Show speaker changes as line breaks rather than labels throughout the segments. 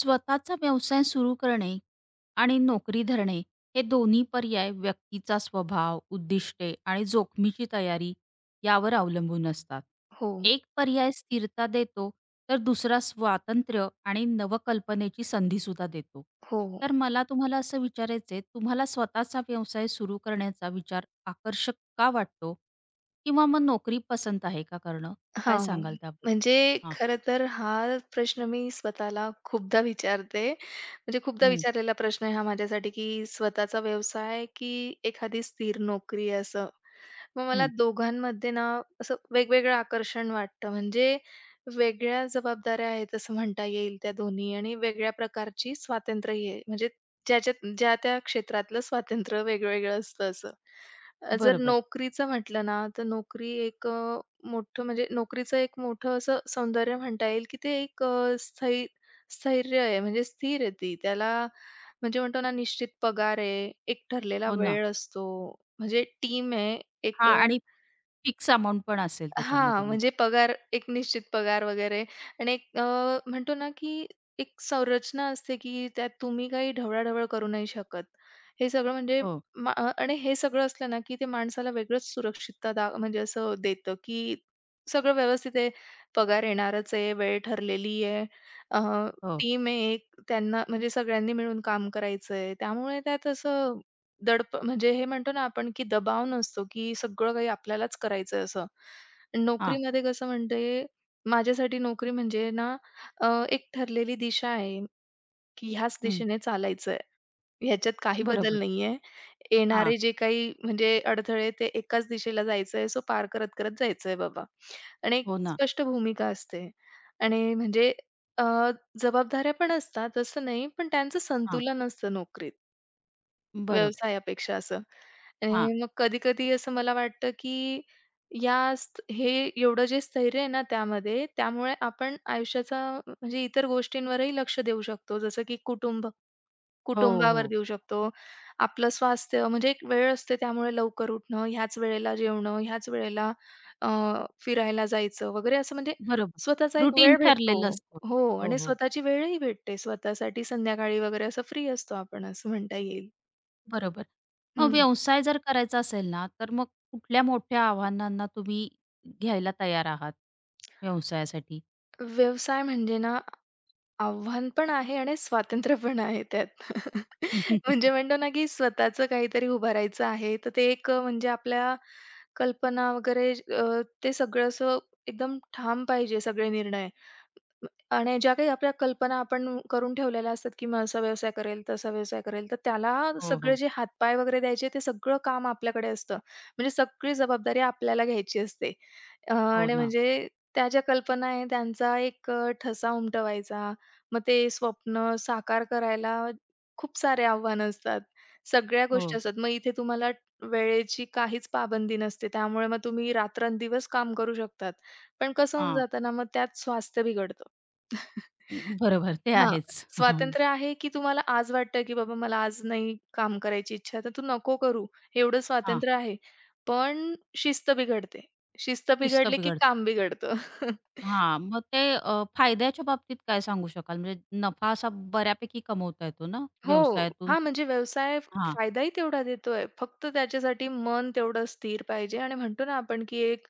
स्वतःचा व्यवसाय सुरू करणे आणि नोकरी धरणे हे दोन्ही पर्याय व्यक्तीचा स्वभाव, उद्दिष्टे आणि जोखमीची तयारी यावर अवलंबून असतात.
हो,
एक पर्याय स्थिरता देतो, तर दुसरा स्वातंत्र्य आणि नवकल्पनेची संधीसुद्धा देतो.
हो.
तर मला तुम्हाला असं विचारायचं तुम्हाला स्वतःचा व्यवसाय सुरू करण्याचा विचार आकर्षक का वाटतो? किंवा मग नोकरी पसंत आहे का करणं? काय
हां.
सांगाल त्याबद्दल?
म्हणजे
हां.
खरं तर हा प्रश्न मी स्वतःला खूपदा विचारते. म्हणजे खूपदा
हं.
विचारलेला प्रश्न आहे हा माझ्यासाठी, की स्वतःचा व्यवसाय की एखादी स्थिर नोकरी असं? मग मला
हं.
दोघांमध्ये ना असं वेगवेगळं आकर्षण वाटतं. म्हणजे वेगळ्या जबाबदाऱ्या आहेत असं म्हणता येईल त्या दोन्ही आणि वेगळ्या प्रकारची स्वातंत्र्यही आहे. म्हणजे ज्याच्यात ज्या त्या क्षेत्रातलं स्वातंत्र्य वेगवेगळं असतं असं. जर
बरोबर.
नोकरीचं म्हटलं ना, तर नोकरीचं एक मोठं असं सौंदर्य म्हणता येईल, की ते एक अ, स्थै स्थैर्य आहे म्हणजे स्थिर आहे ती. त्याला म्हणजे म्हणतो ना निश्चित पगार आहे, एक ठरलेला
हो ना.
वेळ असतो, म्हणजे टीम आहे एक.
हां, आणि फिक्स अमाउंट पण असेल त्याच्यामध्ये
हां,
मग.
म्हणजे पगार एक निश्चित पगार वगैरे आणि म्हणतो ना, की एक संरचना असते, की त्यात तुम्ही काही ढवळाढवळ करू नाही शकत. हे सगळं म्हणजे
हो,
आणि हे सगळं असलं ना, की ते माणसाला वेगळंच सुरक्षितता म्हणजे असं देतं, की सगळं व्यवस्थित आहे. पगार येणारच आहे, वेळ ठरलेली आहे,
हो.
टीम आहे एक, त्यांना म्हणजे सगळ्यांनी मिळून काम करायचं आहे. त्यामुळे त्यात असं दडप म्हणजे हे म्हणतो ना आपण, की दबाव नसतो, की सगळं काही आपल्यालाच करायचं असं.
हां.
नोकरीमध्ये कसं म्हणजे माझ्यासाठी नोकरी म्हणजे ना एक ठरलेली दिशा आहे, की ह्याच
हं.
दिशेने चालायचंय. ह्याच्यात काही बदल
बरोबर.
नाहीये.
हां.
येणारे जे काही म्हणजे अडथळे ते एकाच दिशेला जायचंय, सो पार करत-करत जायचंय बाबा. आणि एक
हो ना.
स्पष्ट भूमिका असते आणि अ, जबाबदाऱ्या पण असतात, असं नाही, पण त्यांचं
हां.
संतुलन असतं नोकरीत.
बरोबर.
व्यवसायापेक्षा असं.
हां.
आणि मग कधी-कधी असं मला वाटतं, की या स्त हे एवढं जे स्थैर्य आहे ना त्यामध्ये, त्यामुळे आपण आयुष्याचा म्हणजे इतर गोष्टींवरही लक्ष देऊ शकतो. जसं की
हो,
कुटुंबावर
हो.
देऊ शकतो. आपलं स्वास्थ्य म्हणजे एक वेळ असते त्यामुळे लवकर उठणं, ह्याच वेळेला जेवणं, ह्याच वेळेला अ, फिरायला जायचं वगैरे असं म्हणजे
बरोबर.
स्वतःचा एक
रुटीन
वेळ भेटतो.
ठरलेलं असतं.
हो
हो,
आणि
हो.
स्वतःची वेळही भेटते. स्वतःसाठी संध्याकाळी वगैरे असं फ्री असतो आपण असं म्हणता येईल.
बरोबर. मग व्यवसाय जर करायचा असेल ना, तर मग कुठल्या मोठ्या आव्हानांना तुम्ही घ्यायला तयार आहात व्यवसायासाठी?
व्यवसाय म्हणजे ना, आव्हान पण आहे आणि स्वातंत्र्य पण आहे त्यात. म्हणजे म्हणतो ना, की स्वतःचं काहीतरी उभारायचं आहे, तर ते एक म्हणजे आपल्या कल्पना वगैरे ते सगळं असं एकदम ठाम पाहिजे सगळे निर्णय. आणि ज्या काही आपल्या कल्पना आपण करून ठेवलेल्या असतात, की मग असा व्यवसाय करेल, तसा व्यवसाय करेल, तर त्याला
हो,
सगळे
हो.
जे हातपाय वगैरे द्यायचे ते सगळं काम आपल्याकडे असतं. म्हणजे सगळी जबाबदारी आपल्याला घ्यायची असते.
हो
आणि
ना.
म्हणजे त्या ज्या कल्पना आहे त्यांचा एक ठसा उमटवायचा. मग ते स्वप्न साकार करायला खूप सारे आव्हानं असतात. सगळ्या गोष्टी
हो.
असतात. मग इथे तुम्हाला वेळेची काहीच पाबंदी नसते. त्यामुळे मग तुम्ही रात्रंदिवस काम करू शकतात. पण कसं होऊन
हां.
जातं ना, मग त्यात स्वास्थ्य बिघडतं.
बरोबर. ते
हां,
आहेच. हां.
स्वातंत्र्य आहे, की तुम्हाला आज वाटतं, की बाबा मला आज नाही काम करायची इच्छा, तर तू नको करू, एवढं
हां.
स्वातंत्र्य आहे. पण शिस्त बिघडते. शिस्त
शिस्त
बिघडली, की
बिघडते.
काम बिघडतं.
हां, मग ते फायद्याच्या बाबतीत काय सांगू शकाल? म्हणजे नफा असा बऱ्यापैकी कमवता येतो ना
हो.
व्यवसायातून?
हां, म्हणजे
हां,
फायदाही तेवढा देतोय. फक्त त्याच्यासाठी मन तेवढं स्थिर पाहिजे आणि म्हणतो ना आपण, की एक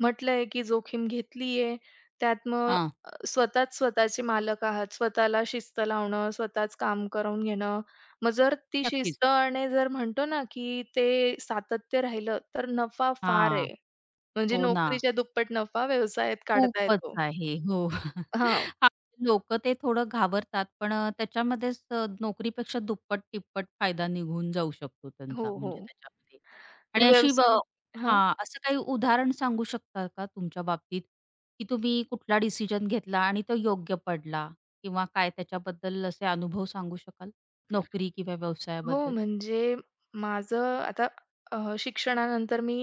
म्हटलंय, की जोखीम घेतलीये. त्यात मग
हां.
स्वतःच स्वतःचे मालक आहात. स्वतःला शिस्त लावणं, स्वतःच काम करून घेणं. मग जर ती
नक्कीच.
शिस्त आणि जर म्हणतो ना, की ते सातत्य राहिलं, तर नफा फार
हां.
आहे. म्हणजे
हो ना.
नोकरीच्या दुप्पट नफा व्यवसायात काढता
खूपच
येतो.
आहे. हो.
हां.
आपली लोकं ते थोडं घाबरतात, पण त्याच्यामध्येच नोकरीपेक्षा दुप्पट-तिप्पट फायदा निघून जाऊ शकतो
हो,
त्यांचा
हो.
म्हणजे त्याच्यामध्ये.
आणि
आणि अशी ब
व्यवसाय
हां, असं काही उदाहरण सांगू शकता का तुमच्या बाबतीत, की तुम्ही कुठला डिसिजन घेतला आणि तो योग्य पडला किंवा काय त्याच्याबद्दल असे अनुभव सांगू शकाल? नोकरी किंवा
हो,
व्यवसायाबद्दल?
म्हणजे माझं आता शिक्षणानंतर मी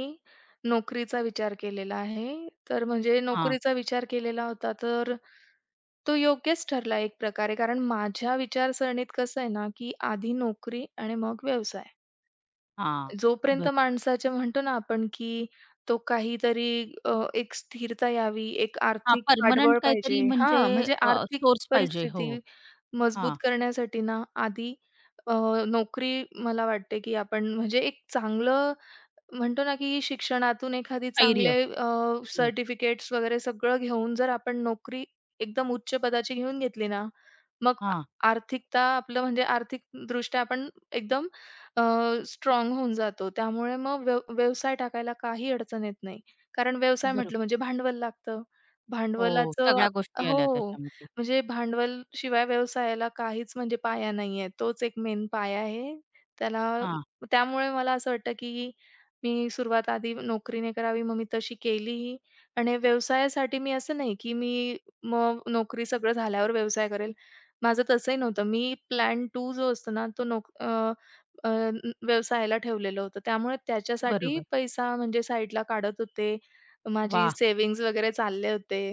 नोकरीचा विचार केलेला आहे. तर म्हणजे
हां,
नोकरीचा विचार केलेला होता, तर तो योग्यच ठरला एक प्रकारे. कारण माझ्या विचारसरणीत कसं आहे ना, की आधी नोकरी आणि मग व्यवसाय.
हां.
जोपर्यंत
बरं.
माणसाच्या म्हणतो ना आपण, की तो काहीतरी एक स्थिरता यावी, एक
हां,
आर्थिक
पर्मनंट
पाठबळ पाहिजे
काहीतरी म्हणजे
हां, म्हणजे आर्थिक
सोर्स पाहिजे. हो.
परिस्थिती मजबूत
हां,
करण्यासाठी ना, आधी अ, नोकरी मला वाटते, की आपण म्हणजे एक चांगलं म्हणतो ना, की शिक्षणातून एखादी
स्थैर्य.
चांगले
हो.
सर्टिफिकेट्स वगैरे सगळं घेऊन जर आपण नोकरी एकदम उच्च पदाची घेऊन घेतली ना, मग आ
हां,
आर्थिकता आपलं म्हणजे आर्थिकदृष्ट्या आपण एकदम स्ट्राँग होऊन जातो. त्यामुळे मग व्यवसाय टाकायला काही अडचण येत नाही. कारण व्यवसाय म्हटलं
बरोबर.
म्हणजे भांडवल लागतं.
हो,
भांडवलाचं
सगळ्या
आप
गोष्टी आल्या
हो,
त्याच्यामध्ये.
म्हणजे भांडवल शिवाय व्यवसायाला काहीच म्हणजे पाया नाहीये. तोच एक मेन पाया आहे. त्याला
हां,
त्यामुळे मला असं वाटतं, की मी सुरुवात आधी नोकरीने करावी, मग मी तशी केलीही आणि व्यवसायासाठी मी असं नाही, की मी मग नोकरी सगळं झाल्यावर व्यवसाय करेल. माझं तसंही नव्हतं. मी प्लॅन 2 जो असतो ना, तो नोक अ, अ, न- व्यवसायाला ठेवलेलं होतं. त्यामुळे त्याच्यासाठी
बरोबर.
पैसा म्हणजे साईडला काढत होते. माझी
वाह!
सेव्हिंग्ज वगैरे चालले होते.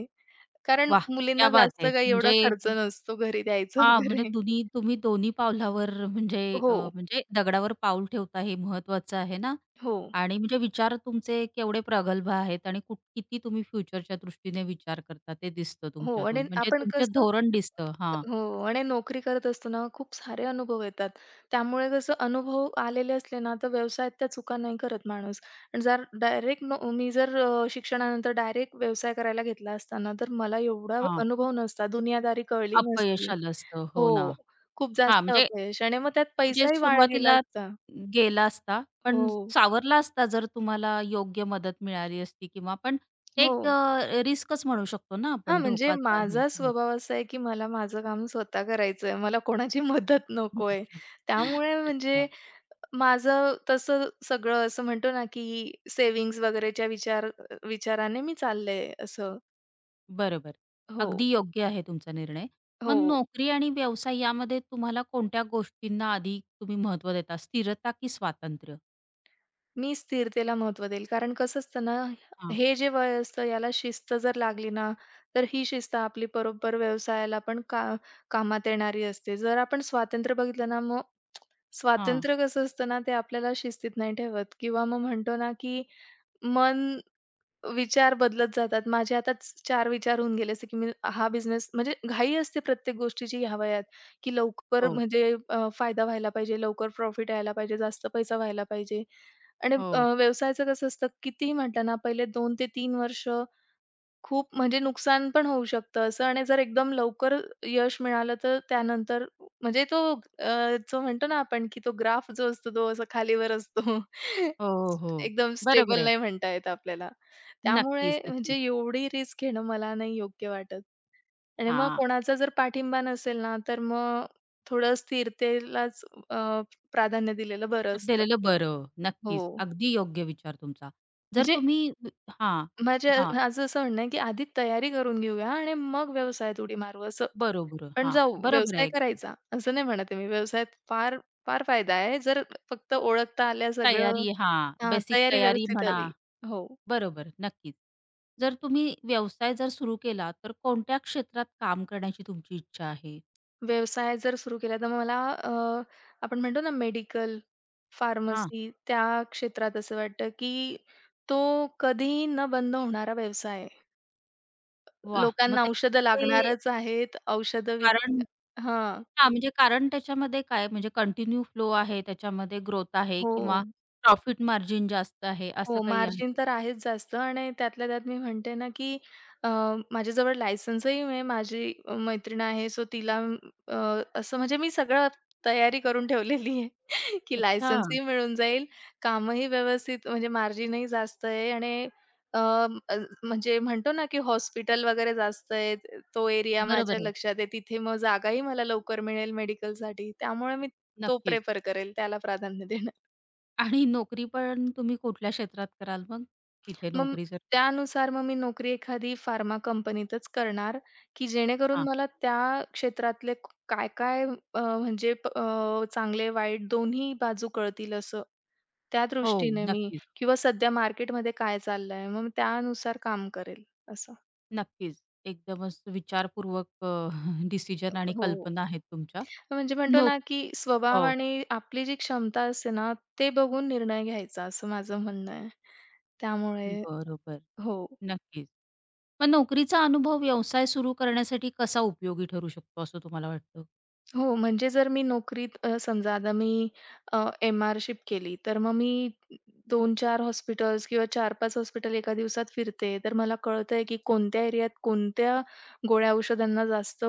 कारण
वाह!
मुलींना
क्या बात
जास्त
है!
काही एवढा
म्हणजे
खर्च नसतो घरी द्यायचा
हां, म्हणजे
वगैरे.
दोन्ही तुम्ही दोन्ही पावलावर म्हणजे
हो,
म्हणजे दगडावर पाऊल ठेवता हे महत्वाचं आहे ना
हो.
आणि म्हणजे विचार तुमचे केवढे प्रगल्भ आहेत आणि किती तुम्ही फ्युचरच्या दृष्टीने विचार करता ते दिसतं
हो आणि
तुमच्यातून. म्हणजे
आपण
तुमचे
कसं
धोरण दिसतं. हां,
हो आणि नोकरी करत असताना खूप सारे अनुभव येतात. त्यामुळे कसं अनुभव आलेले असले ना, तर व्यवसायात त्या चुका नाही करत माणूस. आणि जर डायरेक्ट मी जर शिक्षणानंतर डायरेक्ट व्यवसाय करायला घेतला असता ना, तर मला एवढा
हां.
अनुभव नसता, दुनियादारी कळली
अपयश
नसती.
आलं असतं. हो ना.
हो, खूप
हां,
जास्त
म्हणजे
अपयश आणि मग त्यात
म्हणजे
पैसाही वाया गेला
सुरुवातीला
असता.
गेला असता,
हो,
पण सावरला असता जर तुम्हाला योग्य मदत मिळाली असती किंवा पण
हो.
एक रिस्कच म्हणू शकतो ना
हा,
आपण
म्हणजे
धोकाच आहे.
माझा
हो.
स्वभाव असा आहे, की मला माझं काम स्वतः करायचं आहे. मला कोणाची मदत नको आहे. त्यामुळे म्हणजे
अच्छा,
माझं तसं सगळं असं म्हणतो ना, की सेव्हिंग्ज वगैरेच्या विचाराने मी चालले असं.
बरोबर.
हो,
अगदी योग्य आहे तुमचा निर्णय. मग
हो.
नोकरी आणि व्यवसाय यामध्ये तुम्हाला कोणत्या गोष्टींना आधी तुम्ही महत्त्व देता? स्थिरता की स्वातंत्र्य?
मी स्थिरतेला महत्त्व देईल. कारण कसं असतं ना,
हां,
हे जे वय असतं याला शिस्त जर लागली ना, तर ही शिस्त आपली बरोबर व्यवसायाला पण कामात येणारी असते. जर आपण स्वातंत्र्य बघितलं ना, मग
हां.
स्वातंत्र्य कसं असतं ना, ते आपल्याला शिस्तीत नाही ठेवत किंवा मग म्हणतो ना, की मन विचार बदलत जातात. माझे आता 4 विचार होऊन गेले, जसं की मी हा बिझनेस म्हणजे घाई असते प्रत्येक गोष्टीची ह्या वयात, की लवकर
हो,
म्हणजे फायदा व्हायला पाहिजे, लवकर प्रॉफिट यायला पाहिजे, जास्त पैसा व्हायला पाहिजे. आणि
हो.
व्यवसायाचं कसं असतं, कितीही म्हटलं ना, पहिले 2 ते 3 वर्ष खूप म्हणजे नुकसान पण होऊ शकतं असं आणि जर एकदम लवकर यश मिळालं तर त्यानंतर म्हणजे तो जो म्हणतो ना आपण की तो ग्राफ जो असतो तो असा खालीवर असतो.
हो, हो, हो.
एकदम
बरोबर
स्टेबल
आहे.
नाही म्हणता येत आपल्याला.
नक्कीच,
त्यामुळे म्हणजे
नक्कीच.
एवढी रिस्क घेणं मला नाही योग्य वाटत. आणि मग
हां.
कोणाचा जर पाठिंबा नसेल ना, तर मग थोडं स्थिरतेलाच अ, प्राधान्य दिलेलं बरं असतं.
दिलेलं बरं.
हो.
नक्कीच. अगदी योग्य विचार तुमचा. जर
म्हणजे
तुम्ही हां, हां.
माझं असं म्हणणं आहे, की आधी तयारी करून घेऊया आणि मग व्यवसायात उडी मारू असं.
बरोबर.
पण
हां,
जाऊ
बरोबर
व्यवसाय
आहे. एकदम.
करायचा असं नाही म्हणत आहे मी. व्यवसायात फार फार फायदा आहे. जर फक्त ओळखता आल्या सगळं
तयारी हां,
हां,
बेसिक
तयारी
तयारी
व्यवस्थित
म्हणा.
हवी. हो.
बरोबर, नक्कीच. जर तुम्ही व्यवसाय जर सुरू केला, तर कोणत्या क्षेत्रात काम करण्याची तुमची इच्छा आहे?
व्यवसाय जर सुरू केला तर मला अ, आपण म्हणतो ना मेडिकल,
हां,
फार्मसी त्या क्षेत्रात असं वाटतं, की तो कधीही न बंद होणारा व्यवसाय आहे.
वाह! मग
लोकांना औषधं
त्याचे
लागणारच आहेत. औषधं विक
कारण
हां.
हां, म्हणजे कारण त्याच्यामध्ये काय म्हणजे कंटिन्यू फ्लो आहे, त्याच्यामध्ये ग्रोथ आहे
हो.
किंवा प्रॉफिट मार्जिन जास्त आहे, असं
हो,
काही आहे
मार्जिन
का?
तर आहेच जास्त आणि त्यातल्या त्यात मी म्हणते ना, की अ, माझ्याजवळ लायसन्सही आहे. माझी मैत्रीण आहे, सो तिला अ, असं म्हणजे मी सगळं तयारी करून ठेवलेली आहे, की
अच्छा,
लायसन्सही मिळून जाईल, कामही व्यवस्थित म्हणजे मार्जिनही जास्त आहे आणि अ, अ, म्हणजे म्हणतो ना, की हॉस्पिटल वगैरे जास्त आहे. तो एरिया माझ्या
बरोबर आहे.
लक्षात आहे. तिथे मग जागाही मला लवकर मिळेल मेडिकलसाठी. त्यामुळे मी तो
नक्कीच.
प्रिफर करेल, त्याला प्राधान्य देणार.
आणि नोकरी पण तुम्ही कुठल्या क्षेत्रात कराल मग? तिथे
मग
नोकरी जर
त्यानुसार मग मी नोकरी एखादी फार्मा कंपनीतच करणार, की जेणेकरून
हां.
मला त्या क्षेत्रातले काय-काय अ, म्हणजे प- अ, चांगले वाईट दोन्ही बाजू कळतील असं. त्या
हो,
दृष्टीने मी
नक्कीच,
किंवा सध्या मार्केटमध्ये काय चाललंय, मग मी त्यानुसार काम करेल असं.
नक्कीच. एकदमच विचारपूर्वक डिसिजन आणि
हो.
कल्पना आहेत तुमच्या.
म्हणजे म्हणतो ना,
नोक
की स्वभाव
हो,
आणि आपली जी क्षमता असते ना, ते बघून निर्णय घ्यायचा असं माझं म्हणणं आहे. त्यामुळे
बरोबर.
हो.
नक्कीच. मग नोकरीचा अनुभव व्यवसाय सुरू करण्यासाठी कसा उपयोगी ठरू शकतो असं तुम्हाला वाटतं?
हो, म्हणजे जर मी नोकरीत समजा आता मी MR-शिप केली, तर मग मी दोन चार हॉस्पिटल्स किंवा 4-5 हॉस्पिटल एका दिवसात फिरते, तर मला कळतंय की कोणत्या एरियात कोणत्या गोळ्या औषधांना जास्त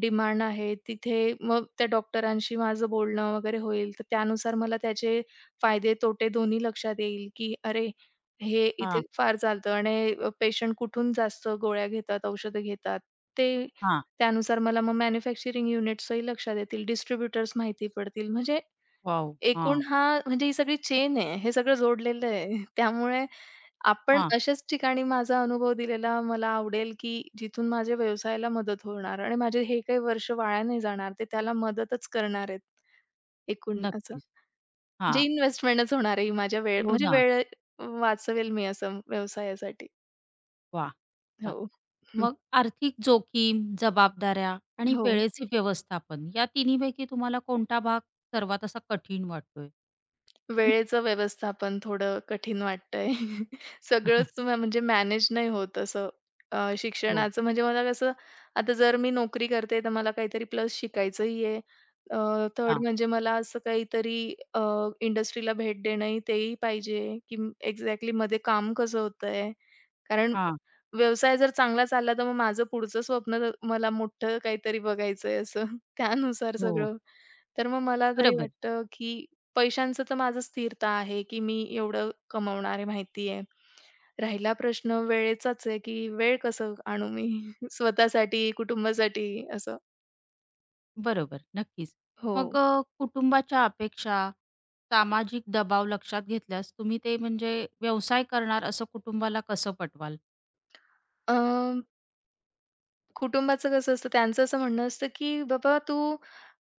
डिमांड आहे. तिथे मग त्या डॉक्टरांशी माझं बोलणं वगैरे होईल, तर त्यानुसार मला त्याचे फायदे, तोटे दोन्ही लक्षात येईल की अरे, हे
हां,
इथे फार चालतं आणि पेशंट कुठून जास्त गोळ्या घेतात, औषधं घेतात, ते
हां.
त्यानुसार मला मग मॅन्युफॅक्चरिंग युनिट्सही लक्षात येतील, डिस्ट्रिब्युटर्स माहिती पडतील. म्हणजे
वॉव!
एकूण
हां,
हा म्हणजे ही सगळी चेन आहे. हे सगळं जोडलेलं आहे. त्यामुळे आपण
हां.
अशाच ठिकाणी माझा अनुभव दिलेला मला आवडेल, की जिथून माझ्या व्यवसायाला मदत होणार आणि माझे हे काही वर्ष वाया नाही जाणार. ते त्याला मदतच करणार आहेत. एकूण असं
नक्कीच.
म्हणजे
हां.
इन्व्हेस्टमेंटच होणार आहे ही माझ्या वेळ
हो
म्हणजे
ना.
वेळ वाचवेल मी असं व्यवसायासाठी.
वाह! छान.
हो.
मग आर्थिक जोखीम, जबाबदाऱ्या आणि
हो.
वेळेचे व्यवस्थापन या तिन्हीपैकी तुम्हाला कोणता भाग सर्वात असा कठीण वाटतोय?
वेळेचं व्यवस्थापन थोडं कठीण वाटतंय. सगळंच म म्हणजे मॅनेज नाही होत असं
हो.
शिक्षणाचं म्हणजे मला कसं आता जर मी नोकरी करते तर मला काहीतरी प्लस शिकायचंही आहे.
हा,
थर्ड म्हणजे मला असं काहीतरी अ, इंडस्ट्रीला भेट देणंही तेही पाहिजे, की एक्झॅक्टली मध्ये काम कसं होतंय. कारण
हा,
व्यवसाय जर चांगला चालला तर मग माझं पुढचं स्वप्न तर मला मोठं काहीतरी बघायचंय असं. त्यानुसार
हो.
सगळं तर मग मला तरी
बरोबर.
वाटतं, की पैशांचं तर माझं स्थिरता आहे, की मी एवढं कमवणार आहे माहिती आहे. राहिला प्रश्न वेळेचाच आहे, की वेळ कसं आणू मी स्वतःसाठी, कुटुंबासाठी असं.
बरोबर. नक्कीच.
हो.
मग कुटुंबाच्या अपेक्षा, सामाजिक दबाव लक्षात घेतल्यास तुम्ही ते म्हणजे व्यवसाय करणार असं कुटुंबाला कसं पटवाल?
अ, कुटुंबाचं कसं असतं त्यांचं असं म्हणणं असतं, की "बाबा तू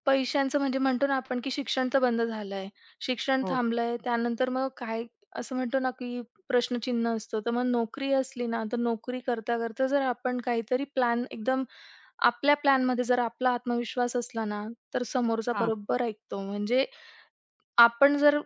पैशांचं" म्हणजे म्हणतो ना आपण, की शिक्षण तर बंद झालंय, शिक्षण
हो.
थांबलंय. त्यानंतर मग काय असं म्हणतो ना, की प्रश्नचिन्ह असतं. तर मग नोकरी असली ना, तर नोकरी करता-करता जर आपण काहीतरी प्लॅन एकदम आपल्या प्लॅनमध्ये जर आपला आत्मविश्वास असला ना, तर समोरचा
हां,
बरोबर ऐकतो. म्हणजे आपण जर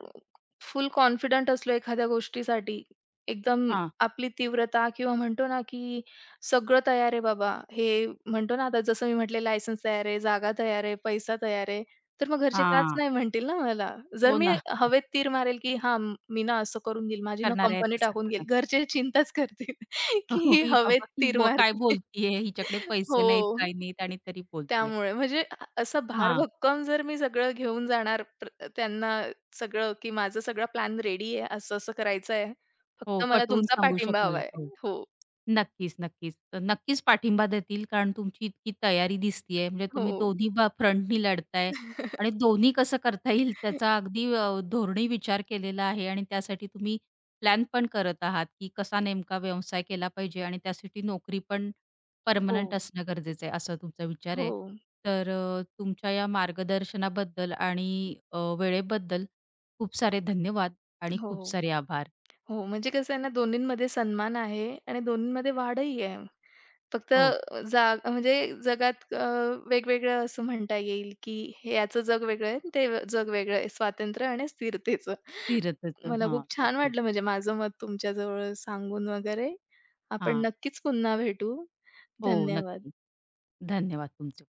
फुल कॉन्फिडंट असलो एखाद्या गोष्टीसाठी, एकदम
हां,
आपली तीव्रता किंवा म्हणतो ना, की सगळं तयार आहे बाबा, हे म्हणतो ना, आता जसं मी म्हटले लायसन्स तयार आहे, जागा तयार आहे, पैसा तयार आहे. तर मग घरचे काच
हां.
नाही म्हणतील ना मला. जर
हो
मी
ना.
हवेत तीर मारेल, की हां, मी ना असं करून घेईल, माझी ना
करणार आहे
कंपनी
तसं
टाकून घेईल.
करणार.
घरचे चिंताच करतील, की
हो,
ही
ही
हवेत
बाबा, ही
तीर
ब काय
मारते.
बोलतीये? हिच्याकडे पैसे
हो.
नाहीत, काही नाहीत आणि तरी बोलतीये.
त्यामुळे म्हणजे असं
हां.
भारभक्कम जर मी सगळं घेऊन जाणार त्यांना सगळं, की माझा सगळा प्लॅन रेडी आहे, असं-असं करायचं आहे.
हो,
फक्त मला
पटवून
तुमचा
सांगू
पाठिंबा हवा
शकाल.
आहे.
हो.
हो,
नक्कीच, नक्कीच. तर नक्कीच पाठिंबा देतील कारण तुमची इतकी तयारी दिसतीये. म्हणजे
हो.
तुम्ही दोन्ही फ्रंटनी लढताय आणि दोन्ही कसं करता येईल त्याचा अगदी धोरणी विचार केलेला आहे आणि त्यासाठी तुम्ही प्लॅन पण करत आहात, की कसा नेमका व्यवसाय केला पाहिजे आणि त्यासाठी नोकरी पण
हो,
पर्मनंट असणं गरजेचं आहे, असा तुमचा विचार
हो,
आहे. तर तुमच्या या मार्गदर्शनाबद्दल आणि वेळेबद्दल खूप सारे धन्यवाद आणि खूप
हो,
सारे आभार.
हो. म्हणजे कसं आहे ना, दोन्हींमध्ये सन्मान आहे आणि दोन्हींमध्ये वाढही आहे. फक्त
हो.
अ, जा म्हणजे जगात वेगवेगळं असं म्हणता येईल, की हे याचं जग वेगळं आहे, ते जग वेगळं आहे. स्वातंत्र्य आणि स्थिरतेचं.
फिरत होतं.
मला
हां,
खूप छान
नक्की.
वाटलं म्हणजे माझं मत तुमच्याजवळ सांगून वगैरे. आपण
हां.
नक्कीच पुन्हा भेटू.
हो,
धन्यवाद.
नक्की. धन्यवाद तुमचे.